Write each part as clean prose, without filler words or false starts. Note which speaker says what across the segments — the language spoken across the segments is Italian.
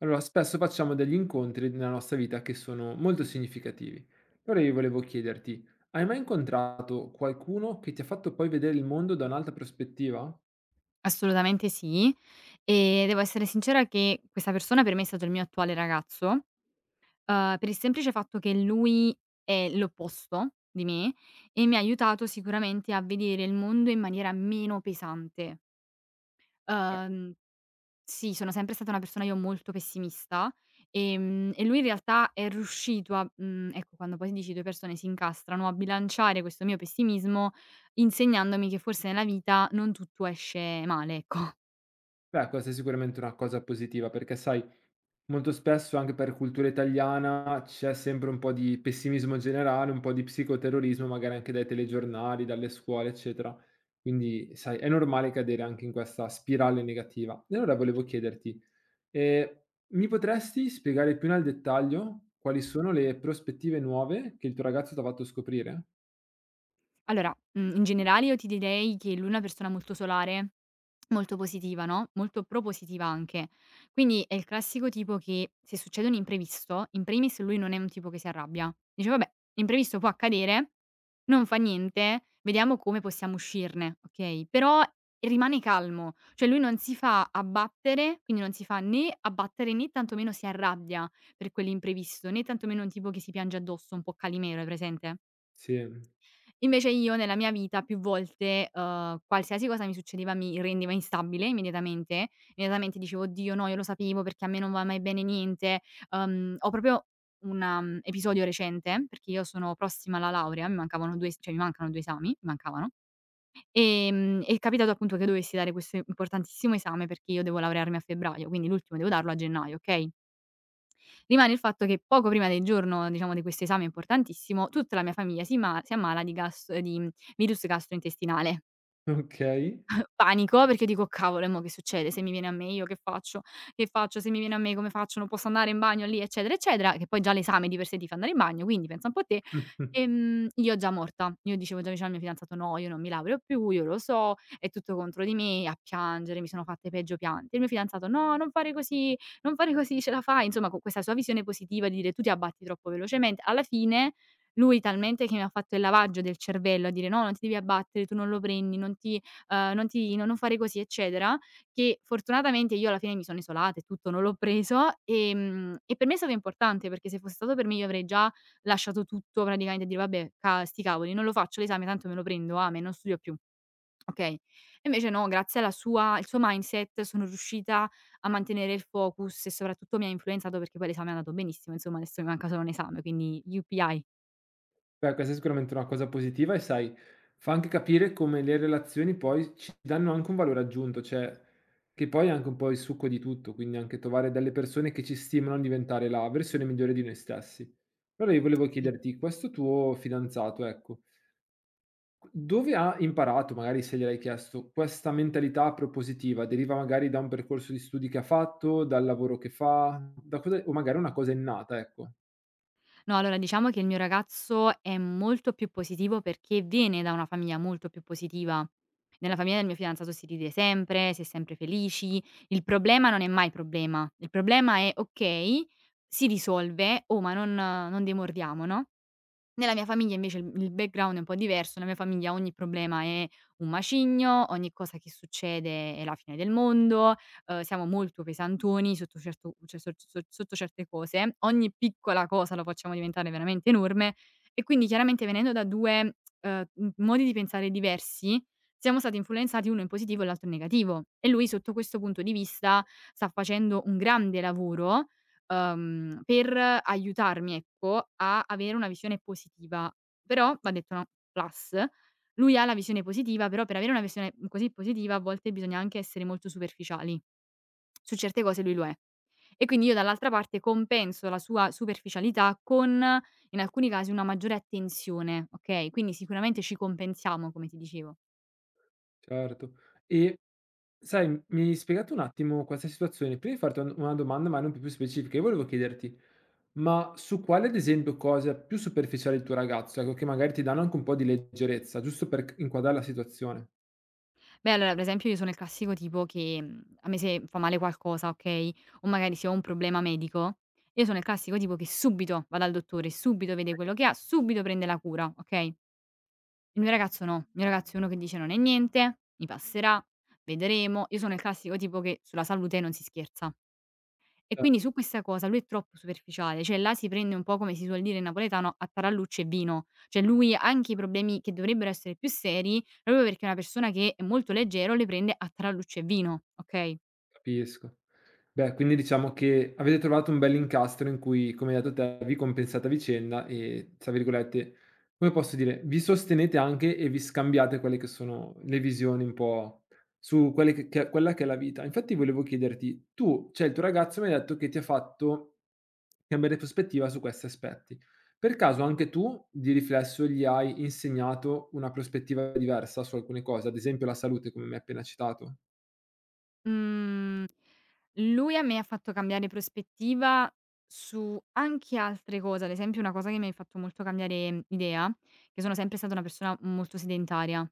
Speaker 1: Allora, spesso facciamo degli incontri nella nostra vita che sono molto significativi. Però io volevo chiederti, hai mai incontrato qualcuno che ti ha fatto poi vedere il mondo da un'altra prospettiva?
Speaker 2: Assolutamente sì. E devo essere sincera che questa persona per me è stato il mio attuale ragazzo, per il semplice fatto che lui è l'opposto di me e mi ha aiutato sicuramente a vedere il mondo in maniera meno pesante.
Speaker 1: Eh,
Speaker 2: Uhm, sì, sono sempre stata una persona io molto pessimista, e lui in realtà è riuscito a ecco, quando poi dici 2 persone si incastrano, a bilanciare questo mio pessimismo insegnandomi che forse nella vita non tutto esce male, ecco.
Speaker 1: Beh, questa è sicuramente una cosa positiva, perché sai, molto spesso anche per cultura italiana c'è sempre un po' di pessimismo generale, un po' di psicoterrorismo, magari anche dai telegiornali, dalle scuole, eccetera. Quindi, sai, è normale cadere anche in questa spirale negativa. E allora volevo chiederti, Ehm, mi potresti spiegare più nel dettaglio quali sono le prospettive nuove che il tuo ragazzo t'ha fatto scoprire?
Speaker 2: Allora, in generale io ti direi che lui è una persona molto solare, molto positiva, no, molto propositiva anche. Quindi è il classico tipo che se succede un imprevisto, in primis lui non è un tipo che si arrabbia. Dice: "Vabbè, l'imprevisto può accadere, non fa niente, vediamo come possiamo uscirne", okay, però rimane calmo, cioè lui non si fa abbattere, quindi non si fa né abbattere, né tantomeno si arrabbia per quell'imprevisto, né tantomeno un tipo che si piange addosso, un po' Calimero, hai presente?
Speaker 1: Sì,
Speaker 2: Invece io nella mia vita più volte, qualsiasi cosa mi succedeva mi rendeva instabile immediatamente. Immediatamente dicevo: "Oddio no, io lo sapevo perché a me non va mai bene niente". Ho proprio un episodio recente, perché io sono prossima alla laurea, mi mancavano 2 es cioè mi mancano 2 esami, mi mancavano, è capitato appunto che dovessi dare questo importantissimo esame perché io devo laurearmi a febbraio, quindi l'ultimo devo darlo a gennaio, okay? Rimane il fatto che poco prima del giorno, diciamo, di questo esame importantissimo, tutta la mia famiglia si ma si ammala di gas di virus gastrointestinale.
Speaker 1: okay.
Speaker 2: Panico perché dico: "Cavolo, e mo' che succede? Se mi viene a me io che faccio? Che faccio? Se mi viene a me come faccio? Non posso andare in bagno lì?" Eccetera, eccetera, che poi già l'esame di per sé ti fa andare in bagno, quindi pensa un po' te. Io già morta. Io dicevo già vicino al mio fidanzato: "No, io non mi laureo più, io lo so, è tutto contro di me", a piangere, mi sono fatte peggio piante. Il mio fidanzato: "No, non fare così, non fare così, ce la fai". Insomma, con questa sua visione positiva di dire: "Tu ti abbatti troppo velocemente". Alla fine lui talmente che mi ha fatto il lavaggio del cervello a dire: "No, non ti devi abbattere, tu non lo prendi, non ti" non ti no non fare così, eccetera, che fortunatamente io alla fine mi sono isolata e tutto, non l'ho preso, e per me è stato importante, perché se fosse stato per me io avrei già lasciato tutto praticamente e dire: "Vabbè, ca sti cavoli, non lo faccio l'esame, tanto me lo prendo, amen, non studio più." Okay? E invece no, grazie alla sua il suo mindset sono riuscita a mantenere il focus e soprattutto mi ha influenzato perché poi l'esame è andato benissimo, insomma adesso mi manca solo un esame, quindi yuppie!
Speaker 1: Beh, questa è sicuramente una cosa positiva e sai, fa anche capire come le relazioni poi ci danno anche un valore aggiunto, cioè che poi è anche un po' il succo di tutto, quindi anche trovare delle persone che ci stimolano a diventare la versione migliore di noi stessi. Allora io volevo
Speaker 2: Sì.
Speaker 1: chiederti, questo tuo fidanzato, ecco, dove ha imparato, magari se gliel'hai chiesto, questa mentalità propositiva? Deriva magari da un percorso di studi che ha fatto, dal lavoro che fa, da cosa o magari è una cosa innata, ecco.
Speaker 2: No, allora diciamo che il mio ragazzo è molto più positivo perché viene da una famiglia molto più positiva. Nella famiglia del mio fidanzato si ride sempre, si è sempre felici. Il problema non è mai problema. Il problema è: okay, si risolve, oh, ma non demordiamo, no? Nella mia famiglia invece il background è un po' diverso, nella mia famiglia ogni problema è un macigno, ogni cosa che succede è la fine del mondo, siamo molto pesantoni sotto certo cioè so so sotto certe cose, ogni piccola cosa lo facciamo diventare veramente enorme e quindi chiaramente venendo da 2, m modi di pensare diversi, siamo stati influenzati uno in positivo e l'altro in negativo e lui sotto questo punto di vista sta facendo un grande lavoro per aiutarmi, ecco, a avere una visione positiva. Però m'ha detto una plus, lui ha la visione positiva, però per avere una visione così positiva a volte bisogna anche essere molto superficiali. Su certe cose lui lo è. E quindi io dall'altra parte compenso la sua superficialità con, in alcuni casi, una maggiore attenzione, okay, quindi sicuramente ci compensiamo, come ti dicevo.
Speaker 1: Certo. E sai, mi hai spiegato un attimo questa situazione. Prima di farti un una domanda, ma non più specifica, io volevo chiederti: ma su quale, ad esempio, cosa più superficiale il tuo ragazzo, ecco, che magari ti danno anche un po' di leggerezza, giusto per c inquadrare la situazione?
Speaker 2: Beh, allora per esempio io sono il classico tipo che, a me se fa male qualcosa, okay, o magari se ho un problema medico, io sono il classico tipo che subito va dal dottore, subito vede quello che ha, subito prende la cura, okay. Il mio ragazzo no, il mio ragazzo è uno che dice: "Non è niente, mi passerà, vedremo." Io sono il classico tipo che sulla salute non si scherza. E quindi su questa cosa lui è troppo superficiale, cioè là si prende un po', come si suol dire in napoletano, a tarallucce e vino. Cioè lui anche i problemi che dovrebbero essere più seri, proprio perché è una persona che è molto leggero, le prende a tarallucce e vino, okay?
Speaker 1: Capisco. Beh, quindi diciamo che avete trovato un bell'incastro in cui, come hai detto te, vi compensate a vicenda e, tra virgolette, come posso dire, vi sostenete anche e vi scambiate quelle che sono le visioni un po' su quelle che quella che è la vita. Infatti volevo chiederti, tu cioè il tuo ragazzo mi hai detto che ti ha fatto cambiare prospettiva su questi aspetti. Per caso anche tu, di riflesso, gli hai insegnato una prospettiva diversa su alcune cose, ad esempio la salute, come mi hai appena citato?
Speaker 2: Mhmm, Lui a me ha fatto cambiare prospettiva su anche altre cose, ad esempio una cosa che mi hai fatto molto cambiare idea, che sono sempre stata una persona molto sedentaria.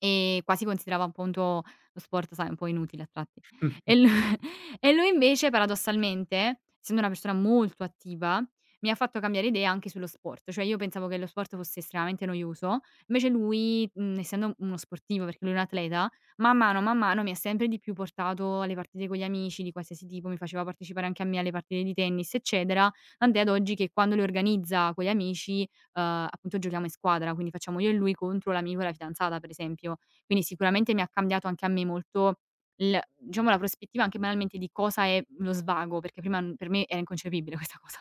Speaker 2: Quasi considerava appunto lo sport, sai, un po' inutile a tratti. E lu E lui invece paradossalmente, essendo una persona molto attiva, mi ha fatto cambiare idea anche sullo sport. Cioè io pensavo che lo sport fosse estremamente noioso, invece lui, essendo uno sportivo, perché lui è un atleta, man mano mi ha sempre di più portato alle partite con gli amici di qualsiasi tipo, mi faceva partecipare anche a me alle partite di tennis, eccetera, tant'è ad oggi che quando le organizza con gli amici appunto giochiamo in squadra, quindi facciamo io e lui contro l'amico e la fidanzata, per esempio. Quindi sicuramente mi ha cambiato anche a me molto il diciamo la prospettiva anche banalmente di cosa è lo svago, perché prima n per me era inconcepibile questa cosa.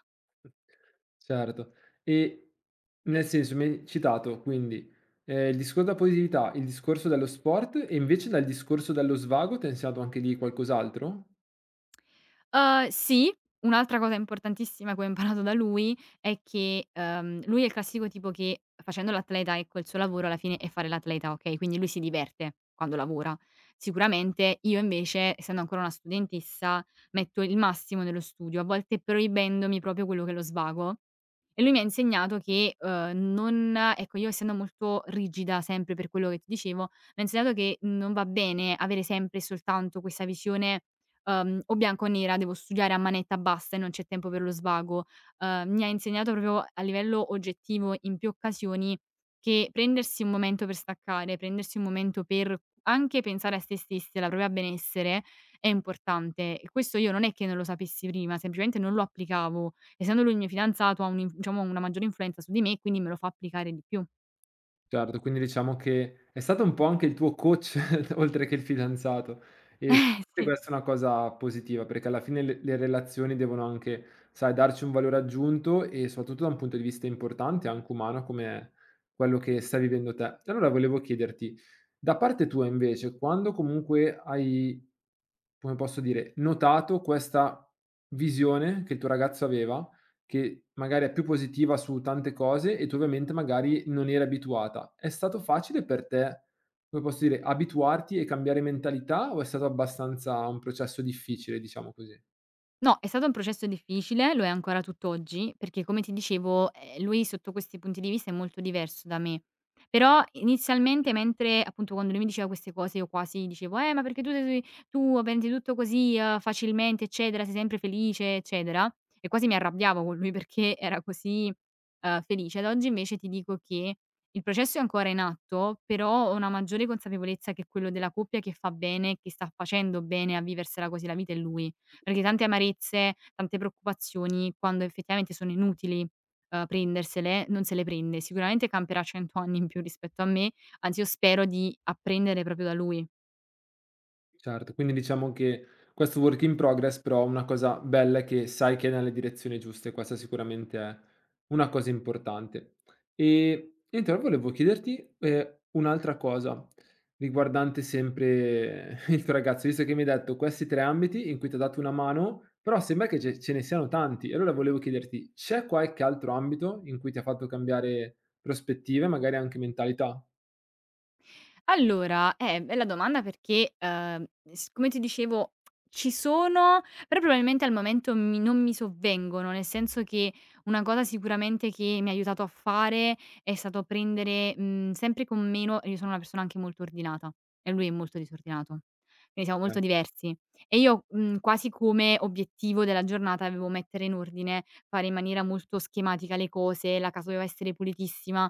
Speaker 1: Certo. E nel senso, mi hai citato quindi, il discorso della positività, il discorso dello sport e invece dal discorso dello svago ti ha insegnato anche lì qualcos'altro?
Speaker 2: Sì, un'altra cosa importantissima che ho imparato da lui è che, lui è il classico tipo che facendo l'atleta, ecco, il suo lavoro alla fine è fare l'atleta, okay, quindi lui si diverte quando lavora. Sicuramente io invece, essendo ancora una studentessa, metto il massimo nello studio, a volte proibendomi proprio quello che è lo svago. E lui mi ha insegnato che, non ecco, io essendo molto rigida sempre per quello che ti dicevo, mi ha insegnato che non va bene avere sempre e soltanto questa visione o bianco o nera, devo studiare a manetta bassa e non c'è tempo per lo svago. Mi ha insegnato proprio a livello oggettivo in più occasioni che prendersi un momento per staccare, prendersi un momento per anche pensare a se stessi, e alla propria benessere è importante e questo io non è che non lo sapessi prima, semplicemente non lo applicavo. Essendo lui il mio fidanzato ha un diciamo una maggiore influenza su di me, quindi me lo fa applicare di più.
Speaker 1: Certo, quindi diciamo che è stato un po' anche il tuo coach oltre che il fidanzato e sicuramente
Speaker 2: Sì.
Speaker 1: questa è una cosa positiva perché alla fine le relazioni devono anche, sai, darci un valore aggiunto e soprattutto da un punto di vista importante, anche umano, come quello che stai vivendo te. E allora volevo chiederti, da parte tua invece, quando comunque hai come posso dire, notato questa visione che il tuo ragazzo aveva, che magari è più positiva su tante cose e tu ovviamente magari non eri abituata. È stato facile per te, come posso dire, abituarti e cambiare mentalità o è stato abbastanza un processo difficile, diciamo così?
Speaker 2: No, è stato un processo difficile, lo è ancora tutt'oggi, perché come ti dicevo, lui sotto questi punti di vista è molto diverso da me. Però inizialmente mentre appunto quando lui mi diceva queste cose io quasi dicevo: ma perché tu prendi tutto così, facilmente eccetera, sei sempre felice eccetera" e quasi mi arrabbiavo con lui perché era così, felice. Ad oggi invece ti dico che il processo è ancora in atto, però ho una maggiore consapevolezza che quello della coppia che fa bene, che sta facendo bene a viversela così la vita è lui perché tante amarezze, tante preoccupazioni, quando effettivamente sono inutili, prendersele, non se le prende. Sicuramente camperà 100 anni in più rispetto a me, anzi io spero di apprendere proprio da lui.
Speaker 1: Certo, quindi diciamo che questo work in progress, però una cosa bella è che sai che è nelle direzioni giuste, questa sicuramente è una cosa importante. E niente, allora volevo chiederti un'altra cosa riguardante sempre il tuo ragazzo, visto che mi hai detto questi tre ambiti in cui ti ha dato una mano, però sembra che ce, ce ne siano tanti. E allora volevo chiederti, c'è qualche altro ambito in cui ti ha fatto cambiare prospettive, magari anche mentalità?
Speaker 2: Allora, bella domanda perché, s come ti dicevo ci sono, però probabilmente al momento mi non mi sovvengono, nel senso che una cosa sicuramente che mi ha aiutato a fare è stato prendere, sempre con meno io sono una persona anche molto ordinata e lui è molto disordinato, quindi siamo molto
Speaker 1: Ok.
Speaker 2: diversi e io, quasi come obiettivo della giornata avevo mettere in ordine, fare in maniera molto schematica le cose, la casa doveva essere pulitissima.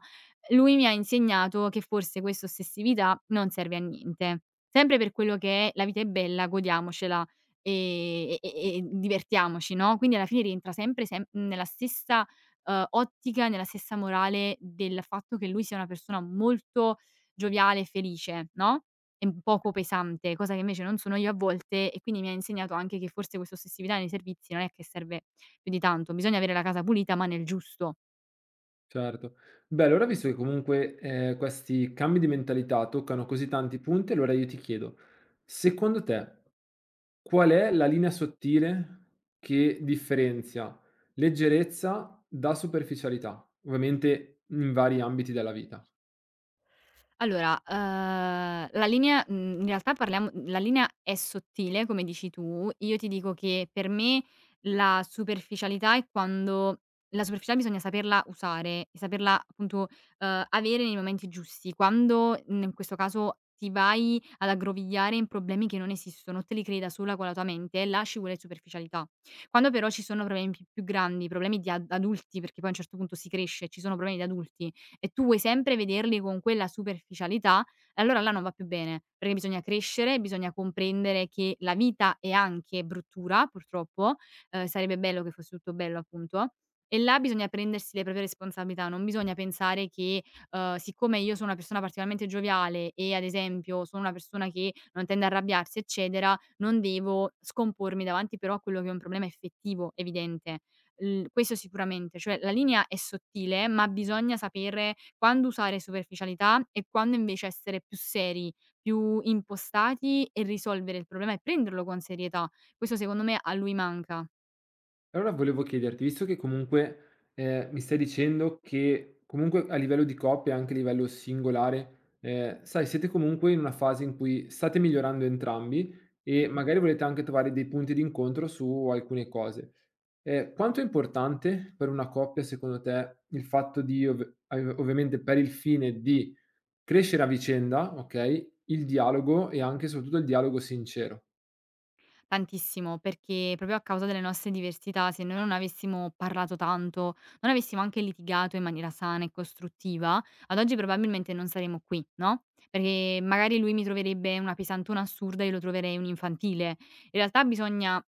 Speaker 2: Lui mi ha insegnato che forse questa ossessività non serve a niente. Sempre per quello che è la vita è bella, godiamocela, e divertiamoci, no, quindi alla fine rientra sempre sem nella stessa, ottica, nella stessa morale del fatto che lui sia una persona molto gioviale e felice, no, e un poco pesante, cosa che invece non sono io a volte e quindi mi ha insegnato anche che forse questa ossessività nei servizi non è che serve più di tanto. Bisogna avere la casa pulita, ma nel giusto.
Speaker 1: Certo. Beh, allora visto che comunque, questi cambi di mentalità toccano così tanti punti, allora io ti chiedo: secondo te, qual è la linea sottile che differenzia leggerezza da superficialità? Ovviamente in vari ambiti della vita.
Speaker 2: Allora, in realtà parliamo la linea è sottile, come dici tu. Io ti dico che per me la superficialità è quando la superficialità bisogna saperla usare e saperla appunto, avere nei momenti giusti. Quando, in questo caso ti vai ad aggrovigliare in problemi che non esistono, te li crei da sola con la tua mente, là ci vuole superficialità. Quando però ci sono problemi pi più grandi, problemi di ad adulti, perché poi a un certo punto si cresce, ci sono problemi di adulti e tu vuoi sempre vederli con quella superficialità, allora là non va più bene, perché bisogna crescere, bisogna comprendere che la vita è anche bruttura purtroppo, sarebbe bello che fosse tutto bello appunto, e là bisogna prendersi le proprie responsabilità, non bisogna pensare che, siccome io sono una persona particolarmente gioviale e ad esempio sono una persona che non tende a arrabbiarsi eccetera, non devo scompormi davanti però a quello che è un problema effettivo, evidente. L Questo sicuramente, cioè la linea è sottile, ma bisogna sapere quando usare superficialità e quando invece essere più seri, più impostati e risolvere il problema e prenderlo con serietà. Questo secondo me a lui manca.
Speaker 1: Allora volevo chiederti, visto che comunque, mi stai dicendo che comunque a livello di coppia, e anche a livello singolare, sai siete comunque in una fase in cui state migliorando entrambi e
Speaker 2: Mh-mh.
Speaker 1: magari volete anche trovare dei punti d'incontro su alcune cose. Quanto è importante per una coppia secondo te il fatto di ov av ovviamente per il fine di crescere a vicenda, okay, il dialogo e anche e soprattutto il dialogo sincero?
Speaker 2: Tantissimo, perché proprio a causa delle nostre diversità, se noi non avessimo parlato tanto, non avessimo anche litigato in maniera sana e costruttiva, ad oggi probabilmente non saremmo qui, no, perché magari lui mi troverebbe una pesantona assurda, e io lo troverei un infantile. In realtà bisogna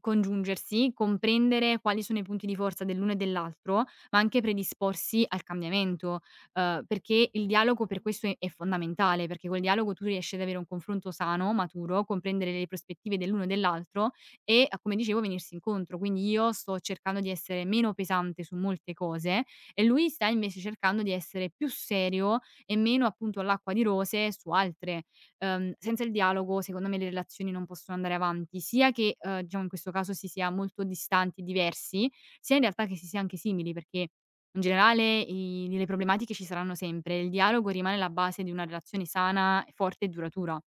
Speaker 2: congiungersi, comprendere quali sono i punti di forza dell'uno e dell'altro, ma anche predisporsi al cambiamento. Perché il dialogo per questo è fondamentale, perché col dialogo tu riesci ad avere un confronto sano, maturo, comprendere le prospettive dell'uno e dell'altro e, a come dicevo, venirsi incontro. Quindi io sto cercando di essere meno pesante su molte cose e lui sta invece cercando di essere più serio e meno appunto all'acqua di rose su altre. Senza il dialogo secondo me le relazioni non possono andare avanti, sia che, diciamo in questo caso si sia molto distanti, diversi, sia in realtà che si sia anche simili perché in generale i delle problematiche ci saranno sempre, il dialogo rimane la base di una relazione sana, forte e duratura.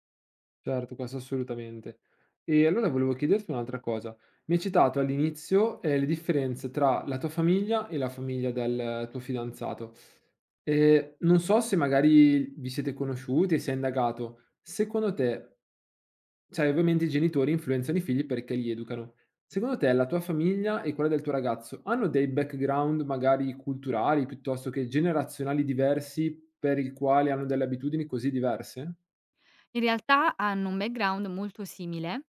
Speaker 1: Certo, questo assolutamente. E allora volevo chiederti un'altra cosa. Mi hai citato all'inizio, le differenze tra la tua famiglia e la famiglia del tuo fidanzato. Non so se magari vi siete conosciuti e se hai indagato. Secondo te sai ovviamente i genitori influenzano i figli perché li educano. Secondo te la tua famiglia e quella del tuo ragazzo hanno dei background magari culturali, piuttosto che generazionali diversi, per il quale hanno delle abitudini così diverse?
Speaker 2: In realtà hanno un background molto simile.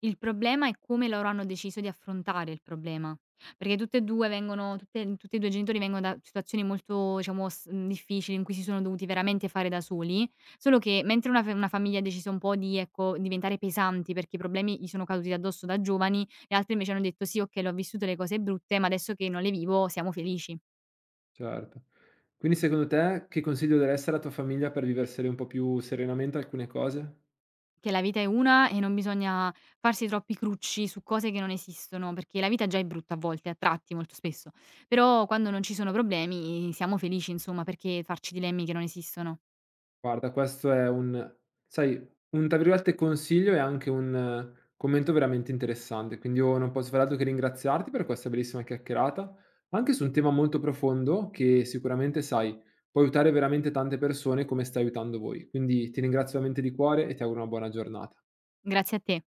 Speaker 2: Il problema è come loro hanno deciso di affrontare il problema, perché tutte e 2 vengono tutte tutti e 2 i genitori vengono da situazioni molto, diciamo, difficili in cui si sono dovuti veramente fare da soli, solo che mentre una famiglia ha deciso un po' di, ecco, diventare pesanti perché i problemi gli sono caduti addosso da giovani, le altre invece hanno detto: "Sì, okay, le ho vissute le cose brutte, ma adesso che non le vivo siamo felici".
Speaker 1: Certo. Quindi secondo te che consiglio daresti alla tua famiglia per viversele un po' più serenamente alcune cose?
Speaker 2: Che la vita è una e non bisogna farsi troppi crucci su cose che non esistono, perché la vita già è brutta a volte, a tratti molto spesso, però quando non ci sono problemi siamo felici insomma, perché farci dilemmi che non esistono.
Speaker 1: Guarda, questo è un tra virgolette "consiglio" e anche un commento veramente interessante, quindi io non posso far altro che ringraziarti per questa bellissima chiacchierata, anche su un tema molto profondo che sicuramente, sai, può aiutare veramente tante persone come stai aiutando voi. Quindi ti ringrazio veramente di cuore e ti auguro una buona giornata.
Speaker 2: Grazie a te.